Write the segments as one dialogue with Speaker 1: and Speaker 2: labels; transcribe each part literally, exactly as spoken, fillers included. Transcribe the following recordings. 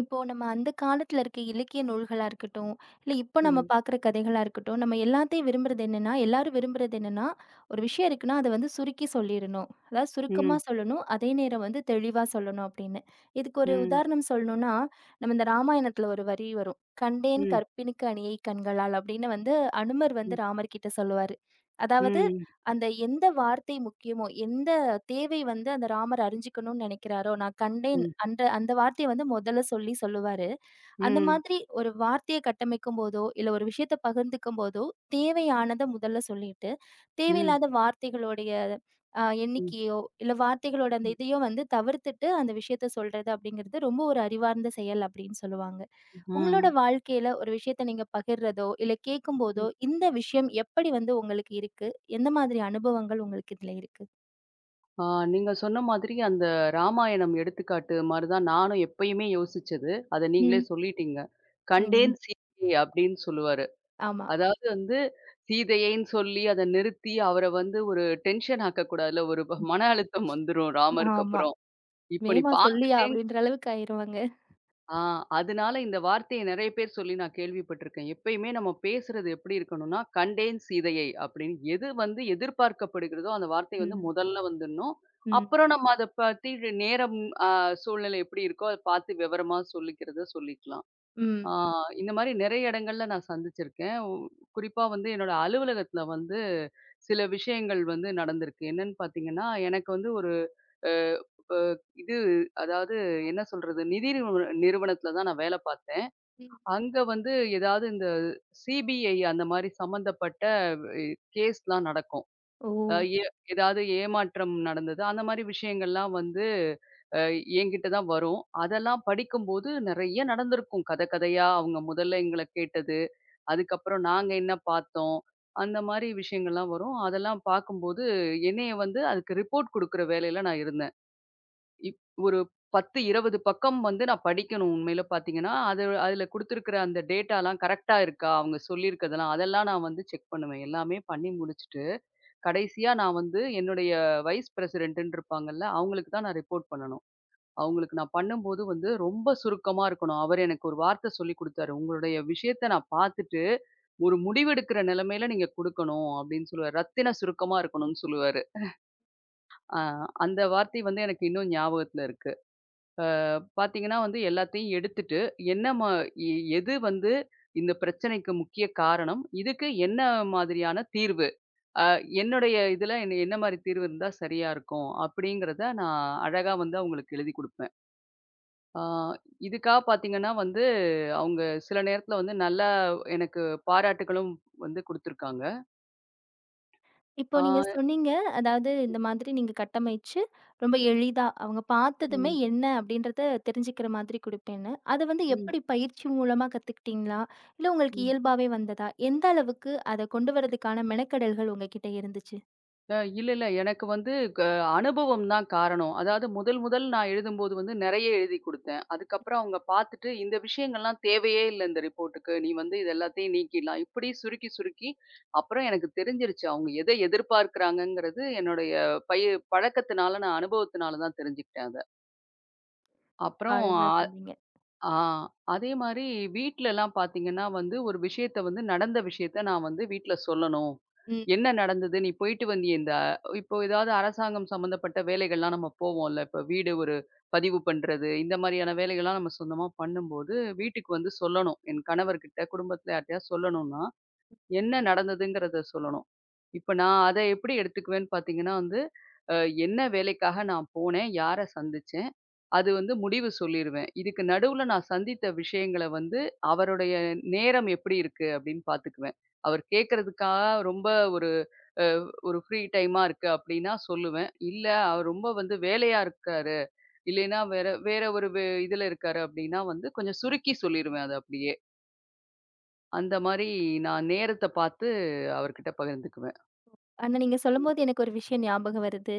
Speaker 1: இப்போ நம்ம அந்த காலத்துல இருக்க இலக்கிய நூல்களா இருக்கட்டும், இல்ல இப்போ நம்ம
Speaker 2: ம்.
Speaker 1: பார்க்குற கதைகளா இருக்கட்டும், நம்ம எல்லாத்தையும் விரும்புறது என்னன்னா, எல்லாரும் விரும்புறது என்னன்னா, ஒரு விஷயம் இருக்குன்னா, அத வந்து சுருக்கி சொல்லிறணும். அதாவது சுருக்கமா
Speaker 2: ம்.
Speaker 1: சொல்லணும். அதே நேரம் வந்து தெளிவா சொல்லணும் அப்படின்னு. இதுக்கு ஒரு
Speaker 2: ம்.
Speaker 1: உதாரணம் சொல்லணும்னா, நம்ம இந்த ராமாயணத்துல ஒரு வரி வரும். "கண்டேன்
Speaker 2: ம்.
Speaker 1: கற்பினுக்கு அணியை கண்களால்" அப்படின்னு வந்து அனுமர் வந்து
Speaker 2: ம்.
Speaker 1: ராமர் கிட்ட சொல்லுவாரு. அதாவது
Speaker 2: ம்.
Speaker 1: அந்த எந்த வார்த்தை முக்கியமோ, எந்த தேவை வந்து அந்த ராமர் அறிஞ்சுக்கணும்னு நினைக்கிறாரோ, நான் கண்டேன்
Speaker 2: ம்.
Speaker 1: அந்த அந்த வார்த்தைய வந்து முதல்ல சொல்லி சொல்லுவாரு.
Speaker 2: ம்.
Speaker 1: அந்த
Speaker 2: ம்.
Speaker 1: மாதிரி ஒரு வார்த்தைய கட்டமைக்கும்போதோ, இல்ல ஒரு விஷயத்த பகிர்ந்துக்கும்போதோ, தேவையானத முதல்ல சொல்லிட்டு,
Speaker 2: ம்.
Speaker 1: தேவையில்லாத வார்த்தைகளுடைய அ
Speaker 2: ம்.
Speaker 1: எண்ணிக்கையோ, இல்ல வார்த்தைகளோட அந்த இதையோ வந்து தவிர்த்துட்டு அந்த விஷயத்த சொல்றது அப்படிங்கிறது ரொம்ப ஒரு அறிவார்ந்த செயல் அப்படின்னு சொல்லுவாங்க. உங்களோட
Speaker 2: ம்.
Speaker 1: வாழ்க்கையில ஒரு விஷயத்த நீங்க பகிர்றதோ, இல்ல
Speaker 2: ம்.
Speaker 1: கேட்கும்போதோ, இந்த விஷயம் எப்படி வந்து உங்களுக்கு இருக்கு? எந்த மாதிரி அனுபவங்கள் உங்களுக்கு இதுல இருக்கு?
Speaker 2: ஆ நீங்க சொன்ன மாதிரி அந்த ராமாயணம் எடுத்துக்காட்டு மாரி தான் நானும் எப்பயுமே யோசிச்சது. அத நீங்களே
Speaker 1: ம்.
Speaker 2: சொல்லிட்டீங்க.
Speaker 1: ம்.
Speaker 2: "கண்டேன் சீதையை" அப்படின்னு சொல்லுவாரு.
Speaker 1: ஆமா.
Speaker 2: அதாவது வந்து சீதையைன்னு சொல்லி அத நிறுத்தி அவர வந்து ஒரு டென்ஷன் ஆக்கக்கூடாதுல்ல. ஒரு ப- மன அழுத்தம் வந்துரும் ராமருக்கு
Speaker 1: ஆமா.
Speaker 2: அப்புறம். "இப்ப நீ
Speaker 1: வேகமா சொல்லுயா
Speaker 2: பார்த்துட்டேங்"
Speaker 1: அப்படின்ற அளவுக்கு ஆயிருவாங்க.
Speaker 2: ஆ, அதனால இந்த வார்த்தைய நெறைய பேர் சொல்லி நான் கேள்விப்பட்டிருக்கேன். எப்பயுமே நம்ம பேசுறது எப்படி இருக்கணும்னா, "கண்டேன் சீதையை" அப்படின்னு எது வந்து எதிர்பார்க்கப்படுகிறதோ, அந்த வார்த்தை வந்து
Speaker 1: ம்,
Speaker 2: முதல்ல வந்துடணும்.
Speaker 1: ம்,
Speaker 2: அப்புறம் நம்ம அத பத்தி நேரம், அ சூழ்நிலை எப்படி இருக்கோ, அத பார்த்து விவரமா சொல்லிக்கிறத சொல்லிக்கலாம். ஆ
Speaker 1: ம்,
Speaker 2: இந்த மாரி நெறைய இடங்கள்ல நான் சந்திச்சிருக்கேன். உ குறிப்பா வந்து என்னோட அலுவலகத்துல வந்து சில விஷயங்கள் வந்து நடந்திருக்கு. என்னன்னு பார்த்தீங்கன்னா, எனக்கு வந்து ஒரு அ அ இது அதாவது என்ன சொல்றது? நிதி நிறுவ நிறுவனத்துல தான் நான் வேல பார்த்தேன்.
Speaker 1: ம்.
Speaker 2: அங்க வந்து ஏதாவது இந்த சிபிஐ அந்த மாரி சம்மந்தப்பட்ட இ கேஸ்லாம் நடக்கும்.
Speaker 1: ஓ!
Speaker 2: அ ஏ ஏதாவது ஏமாற்றம் நடந்தது. அந்த மாரி விஷயங்கள்லாம் வந்து அ என்கிட்ட தான் வரும். அதெல்லாம் படிக்கும்போது நெறைய நடந்திருக்கும். கத கதையா அவங்க முதல்ல எங்கள கேட்டது. அதுக்கப்புறம் நாங்க என்ன பார்த்தோம். அந்த மாரி விஷயங்கள்லாம் வரும். அதெல்லாம் பார்க்கும்போது என்னைய வந்து அதுக்கு ரிப்போர்ட் குடுக்குற வேலையில நான் இருந்தேன். இப் ஒரு பத்து, இருபது பக்கம் வந்து நான் படிக்கணும் உண்மையில பார்த்தீங்கன்னா, அது அதில குடுத்துருக்கிற அந்த டேட்டாலாம் கரெக்ட்டா இருக்கா? அவங்க சொல்லியிருக்கிறதெல்லாம் அதெல்லாம் நான் வந்து செக் பண்ணுவேன். எல்லாமே பண்ணி முடிச்சுட்டு கடைசியா நான் வந்து என்னுடைய வைஸ் பிரசிடென்ட்ன்னு இருப்பாங்கல்ல. அவங்களுக்கு தான் நான் ரிப்போர்ட் பண்ணணும். அவங்களுக்கு நான் பண்ணும்போது வந்து ரொம்ப சுருக்கமா இருக்கணும். அவரு எனக்கு ஒரு வார்த்த சொல்லிக் குடுத்தாரு. "உங்களுடைய விஷயத்த நான் பார்த்துட்டு, ஒரு முடிவெடுக்கிற நிலைமையில நீங்க குடுக்கணும்" அப்படின்னு சொல்லுவாரு. ரத்தின சுருக்கமா இருக்கணும்னு சொல்லுவாரு. அ அந்த வார்த்தை வந்து எனக்கு இன்னும் ஞாபகத்துல இருக்கு. அ பார்த்தீங்கன்னா வந்து எல்லாத்தையும் எடுத்துட்டு, என்ன மா எ எது வந்து இந்த பிரச்சனைக்கு முக்கிய காரணம்? இதுக்கு என்ன மாதிரியான தீர்வு? அ என்னுடைய இதுல என்ன என்ன மாரி தீர்வு இருந்தா சரியா இருக்கும், அப்படிங்கிறத நான் அழகா வந்து அவங்களுக்கு எழுதிக் குடுப்பேன். ஆ இதுக்காக பார்த்தீங்கன்னா வந்து, அவங்க சில நேரத்துல வந்து நல்லா எனக்கு பாராட்டுகளும் வந்து குடுத்துருக்காங்க.
Speaker 1: இப்போ
Speaker 2: ஆ
Speaker 1: நீங்க சொன்னீங்க, அதாவது இந்த மாதிரி நீங்க கட்டமைச்சு, ரொம்ப எளிதா அவங்க பார்த்ததுமே
Speaker 2: ம்,
Speaker 1: என்ன அப்படின்றத தெரிஞ்சுக்கிற மாதிரி குடுப்பேன்னு. அத வந்து
Speaker 2: ம்,
Speaker 1: எப்படி பயிற்சி மூலமா கத்துக்கிட்டீங்களா? இல்ல உங்களுக்கு
Speaker 2: ம்.
Speaker 1: இயல்பாவே வந்ததா? எந்த அளவுக்கு அத கொண்டு வரதுக்கான மெனக்கெடல்கள் உங்ககிட்ட இருந்துச்சு?
Speaker 2: அ இல்ல, இல்ல. எனக்கு வந்து க அனுபவம் தான் காரணம். அதாவது முதல் முதல் நான் எழுதும்போது வந்து நெறைய எழுதிக் குடுத்தேன். அதுக்கப்புறம் அவங்க பார்த்துட்டு, "இந்த விஷயங்கள்லாம் தேவையே இல்ல இந்த ரிப்போர்ட்டுக்கு. நீ வந்து இது எல்லாத்தையும் நீக்கிடலாம்." இப்படி சுருக்கி, சுருக்கி அப்புறம் எனக்கு தெரிஞ்சிருச்சு. அவங்க எத எதிர்பார்க்கிறாங்கங்கிறது என்னுடைய பய பழக்கத்தினால, நான் அனுபவத்தினால தான் தெரிஞ்சுக்கிட்டேன் அத.
Speaker 1: ரொம்ப
Speaker 2: அப்புறம் அ
Speaker 1: அழகா சொன்னீங்க.
Speaker 2: ஆ. அதே மாரி வீட்லலாம் பார்த்தீங்கன்னா வந்து, ஒரு விஷயத்த வந்து நடந்த விஷயத்த நான் வந்து வீட்ல சொல்லணும்.
Speaker 1: ம்.
Speaker 2: என்ன நடந்தது? நீ போயிட்டு வந்தியே இந்த இப்போ ஏதாவது அரசாங்கம் சம்மந்தப்பட்ட வேலைகள்லாம் நம்ம போவோம்ல. இப்போ வீடு ஒரு பதிவு பண்றது, இந்த மாரியான வேலைகள்லாம் நம்ம சொந்தமா பண்ணும்போது, வீட்டுக்கு வந்து சொல்லணும். என் கணவர்கிட்ட, குடும்பத்தில யார்ட்டயாவது சொல்லணும்னா, என்ன நடந்ததுங்கிறத சொல்லணும். இப்ப நான் அத எப்படி எடுத்துக்குவேன்னு பார்த்தீங்கன்னா வந்து, அ என்ன வேலைக்காக நான் போனேன்? யார சந்திச்சேன்? அது வந்து முடிவு சொல்லிருவேன். இதுக்கு நடுவுல நான் சந்தித்த விஷயங்கள வந்து, அவருடைய நேரம் எப்படி இருக்கு? அப்படின்னு பார்த்துக்குவேன். அவர் கேட்கறதுக்காக ரொம்ப ஒரு அ ஒரு ஃப்ரீ டைமா இருக்கு அப்படின்னா சொல்லுவேன். இல்ல அவர் ரொம்ப வந்து வேலையா இருக்காரு. இல்லைன்னா வேற வேற ஒரு வே இதுல இருக்காரு அப்படின்னா வந்து கொஞ்சம் சுருக்கி சொல்லிருவேன் அத அப்படியே. அந்த மாரி நான் நேரத்த பார்த்து அவர்கிட்ட பகிர்ந்துக்குவேன்.
Speaker 1: ஆனா, நீங்க சொல்லும்போது எனக்கு ஒரு விஷயம் ஞாபகம் வருது.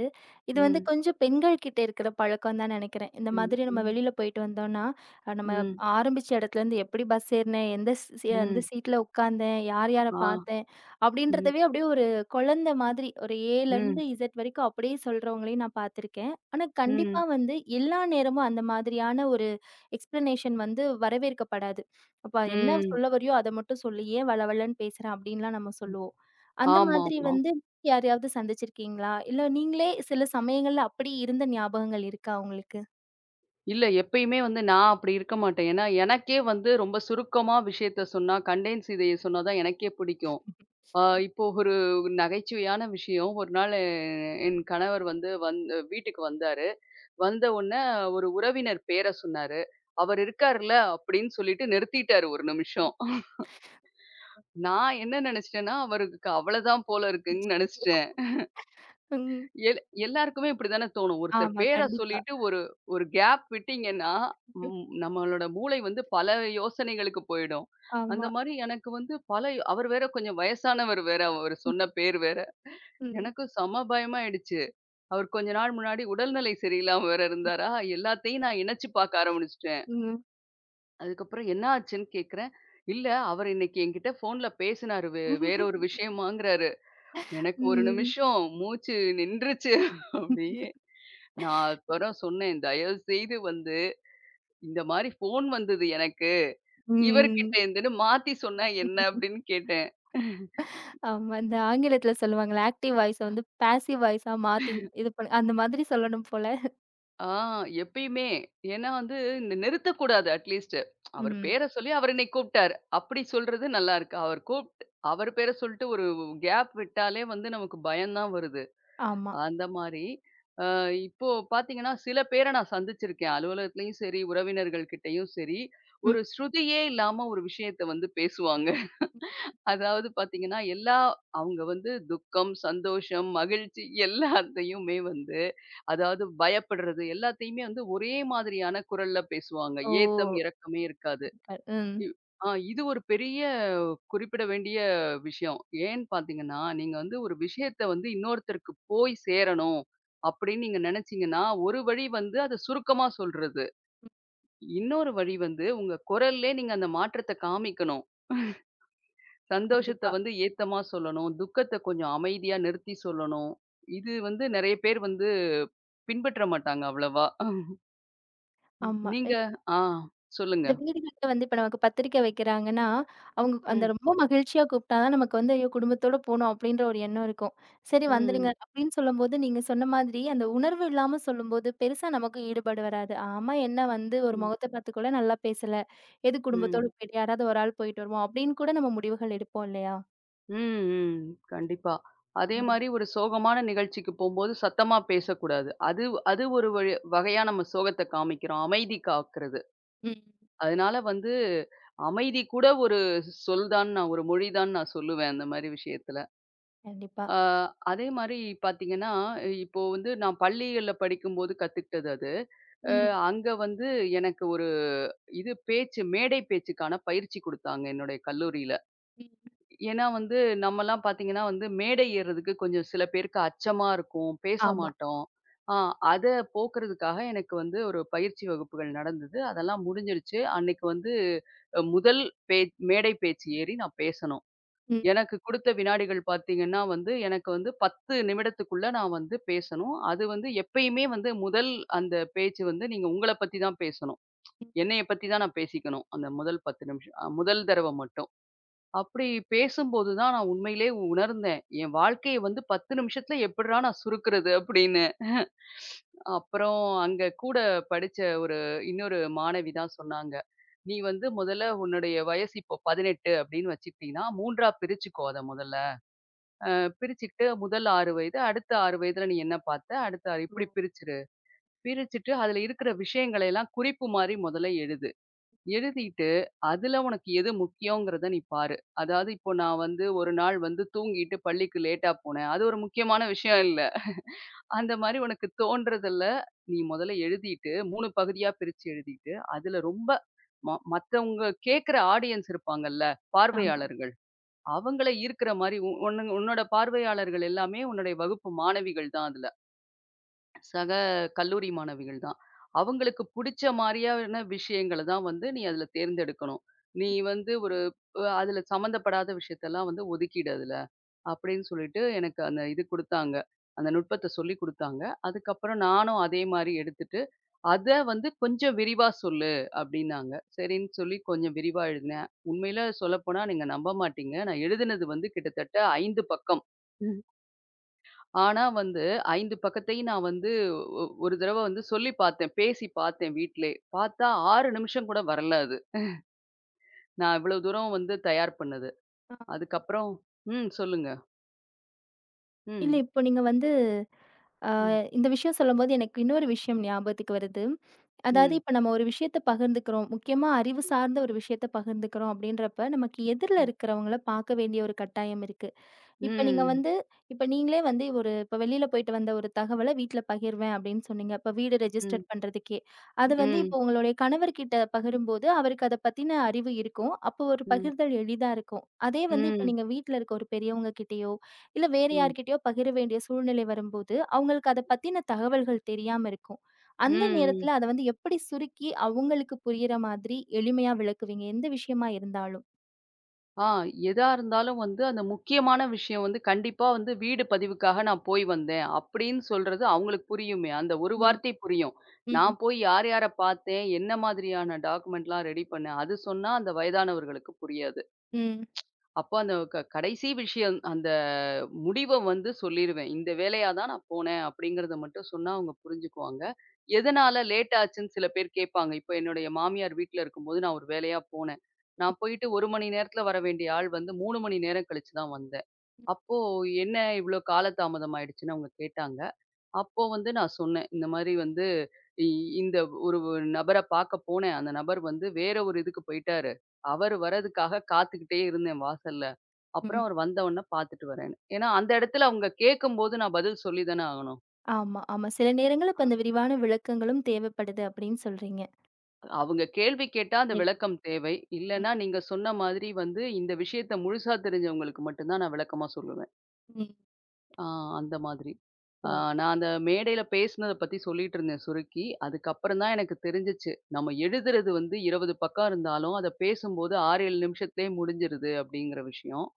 Speaker 1: இது வந்து
Speaker 2: ம்,
Speaker 1: கொஞ்சம் பெண்கள் கிட்ட இருக்கிற பழக்கம் தான் நெனைக்கிறேன். இந்த
Speaker 2: ம்,
Speaker 1: மாதிரி நம்ம
Speaker 2: ம்,
Speaker 1: வெளியில போயிட்டு வந்தோம்னா, அ நம்ம
Speaker 2: ம்,
Speaker 1: ஆரம்பிச்ச இடத்துலருந்து எப்படி பஸ் ஏறினேன், எந்த சி எந்த
Speaker 2: ம்.
Speaker 1: சீட்ல உட்கார்ந்தேன், யார் யார
Speaker 2: ஆ,
Speaker 1: பார்த்தேன்
Speaker 2: ம்,
Speaker 1: அப்படின்றதவே அப்படியே ஒரு குழந்தை மாதிரி ஒரு ஏலருந்து
Speaker 2: ம்,
Speaker 1: இசட் வரைக்கும் அப்படியே சொல்றவங்களையும் நான் பார்த்துருக்கேன். ஆனா, கண்டிப்பா
Speaker 2: ம்,
Speaker 1: வந்து எல்லா நேரமும் அந்த மாதிரியான ஒரு எக்ஸ்ப்ளனேஷன் வந்து வரவேற்கப்படாது. அப்ப என்ன
Speaker 2: ம்,
Speaker 1: சொல்ல வரியோ அத மட்டும் சொல்லு. ஏன் வளவளன்னு பேசுற அப்படின்லாம் நம்ம
Speaker 2: ம்.
Speaker 1: சொல்லுவோம். அந்த மாதிரி
Speaker 2: ஆமாமா.
Speaker 1: வந்து யாரையாவது சந்திச்சிருக்கீங்களா? இல்ல நீங்களே சில சமயங்கள்ல அப்படி இருந்த ஞாபகங்கள் இருக்கா உங்களுக்கு?
Speaker 2: இல்ல எப்பயுமே வந்து நான் அப்படி இருக்க மாட்டேன். ஏன்னா, எனக்கே வந்து ரொம்ப சுருக்கமா விஷயத்த சொன்னா, கண்டென்ஸ் இதைய சொன்னா தான் எனக்கே பிடிக்கும். ஆ இப்போ ஒரு நகைச்சுவையான விஷயம். ஒரு நாள் எ- என் கணவர் வந்து வந்து வீட்டுக்கு வந்தாரு. வந்த உடனே ஒரு உறவினர் பேர சொன்னாரு. "அவர் இருக்காருல்ல" அப்படின்னு சொல்லிட்டு நிறுத்திட்டாரு ஒரு நிமிஷம். நான் என்ன நினைச்சிட்டேன்னா, அவருக்கு அவ்வளதான் போல இருக்குன்னு நினைச்சிட்டேன்.
Speaker 1: ம்.
Speaker 2: எல் எல்லாருக்குமே இப்படித்தானே தோணும். ஒருத்தர்
Speaker 1: ஆமா,
Speaker 2: பேர
Speaker 1: கண்டிப்பா.
Speaker 2: சொல்லிட்டு ஒரு ஒரு கேப் விட்டீங்கன்னா, ம் நம்மளோட மூளை வந்து பல யோசனைகளுக்கு போயிடும். அந்த
Speaker 1: ஆமா.
Speaker 2: மாரி எனக்கு வந்து பல யோ- அவர் வேற கொஞ்சம் வயசானவர் வேற, அவரு சொன்ன பேர் வேற.
Speaker 1: ம்.
Speaker 2: எனக்கு செம பயமாயிடுச்சு. அவர் கொஞ்ச நாள் முன்னாடி உடல்நிலை சரியில்லாம வேற இருந்தாரா, எல்லாத்தையும் நான் இணைச்சு பார்க்க ஆரம்பிச்சுட்டேன்.
Speaker 1: ம்.
Speaker 2: அதுக்கப்புறம் என்ன ஆச்சுன்னு கேட்கிறேன். இல்ல, அவர் இன்னைக்கு என்கிட்ட ஃபோன்ல பேசினாரு. வே வேற ஒரு விஷயமாங்கிறாரு. எனக்கு ஒரு
Speaker 1: ம்.
Speaker 2: நிமிஷம் மூச்சு நின்றுச்சு அப்படியே. நான் அப்புறம் சொன்னேன், "தயவு செய்து வந்து இந்த மாரி ஃபோன் வந்தது எனக்கு. இவர்கிட்ட
Speaker 1: ம்.
Speaker 2: இருந்துன்னு மாத்தி சொன்னா என்ன?" அப்படின்னு கேட்டேன்.
Speaker 1: ஆமா. இந்த ஆங்கிலத்துல சொல்லுவாங்கல்ல, ஆக்டிவ் வாய்ஸ வந்து பேசிவ் வாய்ஸா மாத்தி இது பண்ண அந்த மாதிரி சொல்லணும் போல.
Speaker 2: ஆ எப்பயுமே. ஏன்னா வந்து நி நிறுத்தக்கூடாது அட்லீஸ்ட். அவர்
Speaker 1: ம்.
Speaker 2: பேர சொல்லி அவர் என்னை கூப்பிட்டாரு. அப்படி சொல்றது நல்லா இருக்கு. அவர் கூப்ட் அவர் பேர சொல்லிட்டு ஒரு கேப் விட்டாலே வந்து நமக்கு பயம் தான் வருது.
Speaker 1: ஆமா.
Speaker 2: அந்த மாரி. அ இப்போ பார்த்தீங்கன்னா, சில பேர நான் சந்திச்சிருக்கேன். அலுவலகத்திலயும் சரி, உறவினர்கள் கிட்டயும் சரி,
Speaker 1: ம்.
Speaker 2: ஒரு ஸ்ருதியே இல்லாம ஒரு விஷயத்த வந்து பேசுவாங்க. அதாவது பார்த்தீங்கன்னா, எல்லா அவங்க வந்து துக்கம், சந்தோஷம், மகிழ்ச்சி எல்லாத்தையுமே வந்து அதாவது பயப்படுறது எல்லாத்தையுமே வந்து ஒரே மாதிரியான குரல்ல பேசுவாங்க.
Speaker 1: ஓ!
Speaker 2: ஏத்தம், இறக்கமே இருக்காது.
Speaker 1: ம்.
Speaker 2: இ ஆ இது ஒரு பெரிய குறிப்பிட வேண்டிய விஷயம். ஏன்னு பார்த்தீங்கன்னா, நீங்க வந்து ஒரு விஷயத்த வந்து இன்னொருத்தருக்கு போய் சேரணும் அப்படின்னு நீங்க நெனச்சீங்கன்னா, ஒரு வழி வந்து அத சுருக்கமா சொல்றது.
Speaker 1: ம்.
Speaker 2: இன்னொரு வழி வந்து உங்க குரல்லயே நீங்க அந்த மாற்றத்த காமிக்கணும். சந்தோஷத்த
Speaker 1: கண்டிப்பா.
Speaker 2: வந்து ஏத்தமா சொல்லணும். துக்கத்த கொஞ்சம் அமைதியா நிறுத்தி சொல்லணும். இது வந்து நெறைய பேர் வந்து பின்பற்ற மாட்டாங்க அவ்வளவா.
Speaker 1: ஆமா.
Speaker 2: நீங்க ஆ சொல்லுங்க.
Speaker 1: இந்த வீடுகள்ல வந்து இப்ப நமக்கு பத்திரிக்கை வைக்கிறாங்கன்னா, அவங்க அந்த
Speaker 2: ம்,
Speaker 1: ரொம்ப மகிழ்ச்சியா கூப்பிட்டா தான் நமக்கு வந்து, "ஐயோ! குடும்பத்தோட போணும்." அப்படின்ற ஒரு எண்ணம் இருக்கும். "சரி வந்துருங்க"
Speaker 2: ம்,
Speaker 1: அப்படின்னு சொல்லும்போது, நீங்க சொன்ன மாதிரி அந்த உணர்வு இல்லாம சொல்லும்போது, பெருசா நமக்கு ஈடுபாடு வராது. ஆமா, என்ன வந்து ஒரு
Speaker 2: ம்,
Speaker 1: முகத்த பார்த்து கூட நல்லா பேசல. எது
Speaker 2: ம்.
Speaker 1: குடும்பத்தோட போயிட்டு யாராவது ஒரு ஆள் போயிட்டு வருவோம் அப்படின்னு கூட நம்ம முடிவுகள் எடுப்போம் இல்லையா?
Speaker 2: ம், ம். கண்டிப்பா. அதே
Speaker 1: ம்.
Speaker 2: மாரி ஒரு சோகமான நிகழ்ச்சிக்கு போம்போது சத்தமா பேசக்கூடாது. அது அது ஒரு வழி வகையா நம்ம சோகத்த காமிக்கிறோம். அமைதி காக்குறது.
Speaker 1: ம்.
Speaker 2: அதனால வந்து அமைதி கூட ஒரு சொல் தான் நான் ஒரு மொழி தான் நான் சொல்லுவேன் அந்த மாரி விஷயத்துல.
Speaker 1: கண்டிப்பா.
Speaker 2: ஆ அதே மாரி பார்த்தீங்கன்னா, இப்போ வந்து நான் பள்ளிகள்ல படிக்கும்போது கத்துக்கிட்டது அது. அ
Speaker 1: ம்.
Speaker 2: அங்க வந்து எனக்கு ஒரு இது பேச்சு மேடை பேச்சுக்கான பயிற்சி குடுத்தாங்க என்னுடைய கல்லூரியில.
Speaker 1: ம்.
Speaker 2: ஏன்னா வந்து, நம்மலாம் பார்த்தீங்கன்னா வந்து, மேடை ஏறுறதுக்கு கொஞ்சம் சில பேருக்கு அச்சமா இருக்கும். பேச
Speaker 1: ஆமா.
Speaker 2: மாட்டோம். ஆ அத போக்குறதுக்காக எனக்கு வந்து ஒரு பயிற்சி வகுப்புகள் நடந்தது. அதெல்லாம் முடிஞ்சிருச்சு. அன்னைக்கு வந்து அ முதல் பே மேடை பேச்சு ஏறி நான் பேசணும்.
Speaker 1: ம்.
Speaker 2: எனக்கு குடுத்த வினாடிகள் பார்த்தீங்கன்னா வந்து, எனக்கு வந்து பத்து நிமிடத்துக்குள்ள நான் வந்து பேசணும். அது வந்து எப்பயுமே வந்து முதல் அந்த பேச்சு வந்து நீங்க உங்கள பத்தி தான் பேசணும்.
Speaker 1: ம்.
Speaker 2: என்னைய பத்தி தான் நான் பேசிக்கணும். அந்த முதல் பத்து நிமிஷம். அ முதல் தடவ மட்டும். அப்படி பேசும்போது தான் நான் உண்மையிலே உணர்ந்தேன். என் வாழ்க்கைய வந்து பத்து நிமிஷத்துல எப்புட்றா நான் சுருக்குறது அப்படின்னு. அப்புறம் அங்க கூட படிச்ச ஒரு இன்னொரு மாணவி தான் சொன்னாங்க. "நீ வந்து முதல்ல உன்னுடைய வயசு இப்போ பதினெட்டு அப்படின்னு வச்சுக்கிட்டீன்னா, 3ஆ பிரிச்சுக்கோ அத முதல்ல. பிரிச்சுக்கிட்டு முதல் ஆறு வயது, அடுத்த ஆறு வயதுல நீ என்ன பார்த்த? அடுத்த ஆறு
Speaker 1: ஓ!
Speaker 2: இப்படி பிரிச்சுரு. பிரிச்சுட்டு அதுல இருக்கிற விஷயங்களை எல்லாம் குறிப்பு மாரி முதல்ல எழுது." எழுதிட்டு, அதுல உனக்கு எது முக்கியங்கிறத நீ பாரு. அதாவது இப்போ நான் வந்து ஒரு நாள் வந்து தூங்கிட்டு பள்ளிக்கு லேட்டா போனேன். அது ஒரு முக்கியமான விஷயம் இல்ல. அந்த மாரி உனக்கு தோன்றதுல நீ முதல்ல எழுதிட்டு மூன்று பகுதியா பிரிச்சு எழுதிட்டு, அதுல ரொம்ப ம மத்தவங்க கேட்கிற ஆடியன்ஸ் இருப்பாங்கல்ல,
Speaker 1: ஆமா.
Speaker 2: பார்வையாளர்கள். அவங்கள ஈர்க்கிற மாரி உ உன்னு உன்னோட பார்வையாளர்கள் எல்லாமே உன்னுடைய வகுப்பு மாணவிகள் தான் அதுல. சக கல்லூரி மாணவிகள் தான். அவங்களுக்கு புடிச்ச மாரியான விஷயங்கள தான் வந்து நீ அதுல தேர்ந்தெடுக்கணும். நீ வந்து ஒரு அ அதுல சம்மந்தப்படாத விஷயத்தெல்லாம் வந்து ஒதுக்கிடு அதுல. அப்படின்னு சொல்லிட்டு எனக்கு அந்த இது குடுத்தாங்க. அந்த நுட்பத்த சொல்லிக் குடுத்தாங்க. அதுக்கப்புறம் நானும் அதே மாரி எடுத்துட்டு, "அத வந்து கொஞ்சம் விரிவா சொல்லு" அப்படின்னாங்க. சரின்னு சொல்லி கொஞ்சம் விரிவா எழுதினேன். உண்மையில சொல்லப்போனா நீங்க நம்ப மாட்டீங்க. நான் எழுதினது வந்து கிட்டத்தட்ட ஐந்து பக்கம். ஆனா வந்து ஐந்து பக்கத்தையும் நான் வந்து ஒரு தடவ வந்து சொல்லி பார்த்தேன். பேசி பார்த்தேன் வீட்லே. பார்த்தா ஆறு நிமிஷம் கூட வரல அது. நான் இவ்வளோ தூரம் வந்து தயார் பண்ணது. அதுக்கப்புறம் ம். சொல்லுங்க.
Speaker 1: இல்ல,
Speaker 2: ம்.
Speaker 1: இப்போ நீங்க வந்து அ
Speaker 2: ம்.
Speaker 1: இந்த விஷயம் சொல்லும்போது எனக்கு இன்னொரு விஷயம் ஞாபகத்துக்கு வருது. அதாவது
Speaker 2: ம்.
Speaker 1: இப்ப நம்ம ஒரு விஷயத்த பகிர்ந்துக்கிறோம். முக்கியமா அறிவு சார்ந்த ஒரு விஷயத்த பகிர்ந்துக்கிறோம் அப்படின்றப்ப, நமக்கு எதிர்ல
Speaker 2: ம்.
Speaker 1: இருக்கிறவங்கள பார்க்க வேண்டிய ஒரு கட்டாயம் இருக்கு. இப்ப நீங்க
Speaker 2: ம்.
Speaker 1: வந்து இப்ப நீங்களே வந்து ஒரு இப்ப வெளியில போயிட்டு வந்த ஒரு தகவல வீட்ல பகிர்வேன் அப்படின்னு சொன்னீங்க. இப்ப வீடு
Speaker 2: ம்.
Speaker 1: ரெஜிஸ்டர் பண்றதுக்கே. அது வந்து
Speaker 2: ம்.
Speaker 1: இப்போ உங்களுடைய கணவர்கிட்ட பகிரும்போது, அவருக்கு அத பத்தின அறிவு இருக்கும். அப்போ ஒரு
Speaker 2: ம்.
Speaker 1: பகிர்தல் எளிதா இருக்கும். அதே வந்து இப்ப
Speaker 2: ம்.
Speaker 1: நீங்க வீட்ல இருக்க ஒரு பெரியவங்க கிட்டயோ, இல்ல வேற
Speaker 2: ம்.
Speaker 1: யார்கிட்டயோ பகிர வேண்டிய சூழ்நிலை வரும்போது, அவங்களுக்கு அத பத்தின தகவல்கள் தெரியாம இருக்கும். அந்த
Speaker 2: ம்.
Speaker 1: நேரத்துல அத வந்து எப்படி சுருக்கி அவங்களுக்கு புரியிற மாதிரி எளிமையா விளக்குவீங்க? எந்த விஷயமா இருந்தாலும்?
Speaker 2: ஆ எதா இருந்தாலும் வந்து அந்த முக்கியமான விஷயம் வந்து கண்டிப்பா வந்து வீடு பதிவுக்காக நான் போய் வந்தேன். அப்படின்னு சொல்றது அவங்களுக்கு புரியுமே. அந்த ஒரு
Speaker 1: ம்,
Speaker 2: வார்த்தை புரியும்.
Speaker 1: ம்,
Speaker 2: நான் போய் யார் யார பார்த்தேன், என்ன மாதிரியான டாக்குமெண்ட்லாம் ரெடி பண்ணேன். அது சொன்னா அந்த வயதானவர்களுக்கு புரியாது.
Speaker 1: ம்,
Speaker 2: அப்ப அந்த க கடைசி விஷயம், அந்த முடிவ வந்து சொல்லிருவேன். இந்த வேலையா தான் நான் போனேன் அப்படிங்கிறத மட்டும் சொன்னா அவங்க புரிஞ்சுக்குவாங்க. எதனால லேட் ஆச்சுன்னு சில பேர் கேட்பாங்க. இப்ப என்னுடைய மாமியார் வீட்ல இருக்கும்போது நான் ஒரு வேலையா போனேன். நான் போயிட்டு ஒரு மணி நேரத்துல வர வேண்டிய ஆள் வந்து மூன்று மணி நேரம் கழிச்சு தான் வந்தேன். அப்போ என்ன இவ்ளோ காலதாமதம் ஆயிடுச்சுன்னு அவங்க கேட்டாங்க. அப்போ வந்து நான் சொன்னேன். இந்த மாரி வந்து இ இந்த ஒரு நபர பாக்க போனேன். அந்த நபர் வந்து வேற ஒரு இதுக்கு போயிட்டாரு. அவர் வரதுக்காக காத்துக்கிட்டே இருந்தேன் வாசல்ல. அப்புறம்
Speaker 1: ம்.
Speaker 2: அவர் வந்த உடனே பாத்துட்டு வரேன்னு. ஏன்னா அந்த இடத்துல அவங்க கேட்கும்போது நான் பதில் சொல்லி தானே ஆகணும்.
Speaker 1: ஆமா, ஆமா. சில நேரங்கள்ல
Speaker 2: ஆ.
Speaker 1: இப்ப அந்த விரிவான விளக்கங்களும் தேவைப்படுது அப்படின்னு சொல்றீங்க.
Speaker 2: அவங்க கேள்வி கேட்டா அந்த
Speaker 1: எ
Speaker 2: விளக்கம் தேவை.
Speaker 1: ம்,
Speaker 2: இல்லன்னா நீங்க சொன்ன மாதிரி வந்து இந்த விஷயத்த முழுசா தெரிஞ்சவங்களுக்கு மட்டும் தான் நான் விளக்கமா சொல்லுவேன்.
Speaker 1: ம்.
Speaker 2: ஆ அந்த மாதிரி. ஆ
Speaker 1: ஓ!
Speaker 2: நான் அந்த மேடையில பேசினத பத்தி சொல்லிட்டு இருந்தேன் சுருக்கி. அதுக்கப்புறம் தான் எனக்கு தெரிஞ்சுச்சு. நம்ம எழுதுறது வந்து இருபது பக்கம் இருந்தாலும், அத பேசும்போது ஆறு, ஏழு நிமிஷத்திலேயே முடிஞ்சிருது அப்படிங்கிற விஷயம்.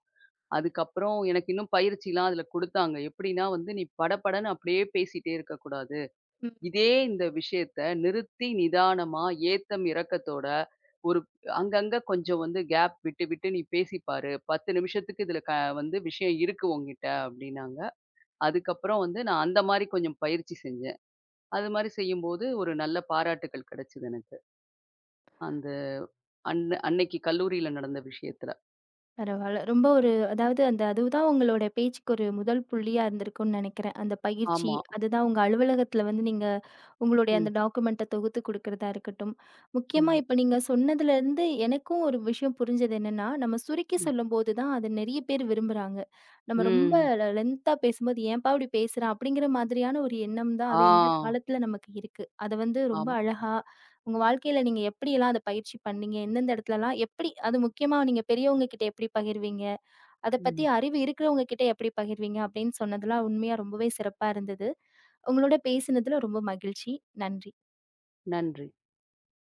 Speaker 2: அதுக்கப்புறம் எனக்கு இன்னும் பயிற்சிலாம் அதில குடுத்தாங்க. எப்படின்னா வந்து, "நீ படபடன்னு அப்படியே பேசிட்டே இருக்கக்கூடாது.
Speaker 1: ம்.
Speaker 2: இதே இந்த விஷயத்த நிறுத்தி நிதானமா, ஏத்தம் இறக்கத்தோட ஒரு அங்கங்க கொஞ்சம் வந்து கேப் விட்டு விட்டு நீ பேசிப் பாரு. பத்து நிமிஷத்துக்கு இதில க வந்து விஷயம் இருக்கு உன்கிட்ட" அப்படின்னாங்க. அதுக்கப்புறம் வந்து நான் அந்த மாரி கொஞ்சம் பயிற்சி செஞ்சேன். அது மாரி செய்யும்போது ஒரு நல்ல பாராட்டுக்கள் கிடைச்சது எனக்கு. அந்த அன்ன அன்னைக்கு கல்லூரியில நடந்த விஷயத்துல.
Speaker 1: பரவால்ல. ரொம்ப ஒரு அதாவது அந்த அதுதான் உங்களோட பேச்சுக்கு ஒரு முதல் புள்ளியா இருந்திருக்கும்னு நெனைக்கிறேன். அந்த பயிற்சி,
Speaker 2: ஆமா.
Speaker 1: அதுதான் உங்க அலுவலகத்தில வந்து நீங்க உங்களுடைய
Speaker 2: ம்,
Speaker 1: அந்த டாக்குமெண்ட்ட தொகுத்து குடுக்கிறதா இருக்கட்டும். முக்கியமா
Speaker 2: ம்,
Speaker 1: இப்ப நீங்க சொன்னதுலருந்து எனக்கும் ஒரு விஷயம் புரிஞ்சது என்னன்னா, நம்ம சுருக்கி
Speaker 2: ம்,
Speaker 1: சொல்லும்போது தான் அத நெறைய பேர் விரும்புறாங்க. நம்ம ரொம்ப
Speaker 2: ம்.
Speaker 1: லெ லென்த்தா பேசும்போது "ஏன்பா இப்படி பேசுறான்?" அப்படிங்கிற மாதிரியான ஒரு எண்ணம் தான்
Speaker 2: ஆ.
Speaker 1: அது இந்த காலத்தில நமக்கு இருக்கு. அத வந்து ரொம்ப
Speaker 2: ஆம்.
Speaker 1: அழகா உங்க வாழ்க்கையில நீங்க எப்படியெல்லாம் அத பயிற்சி பண்ணீங்க? எந்தெந்த இடத்துலலாம் எப்படி அது முக்கியமா நீங்க பெரியவங்க கிட்ட எப்படி பகிர்வீங்க? அத பத்தி
Speaker 2: ம்.
Speaker 1: அறிவு இருக்கிறவங்க கிட்ட எப்படி பகிர்வீங்க? அப்படின்னு சொன்னதெல்லாம் உண்மையா ரொம்பவே சிறப்பா இருந்தது. உங்களோட பேசினதுல ரொம்ப மகிழ்ச்சி. நன்றி.
Speaker 2: நன்றி.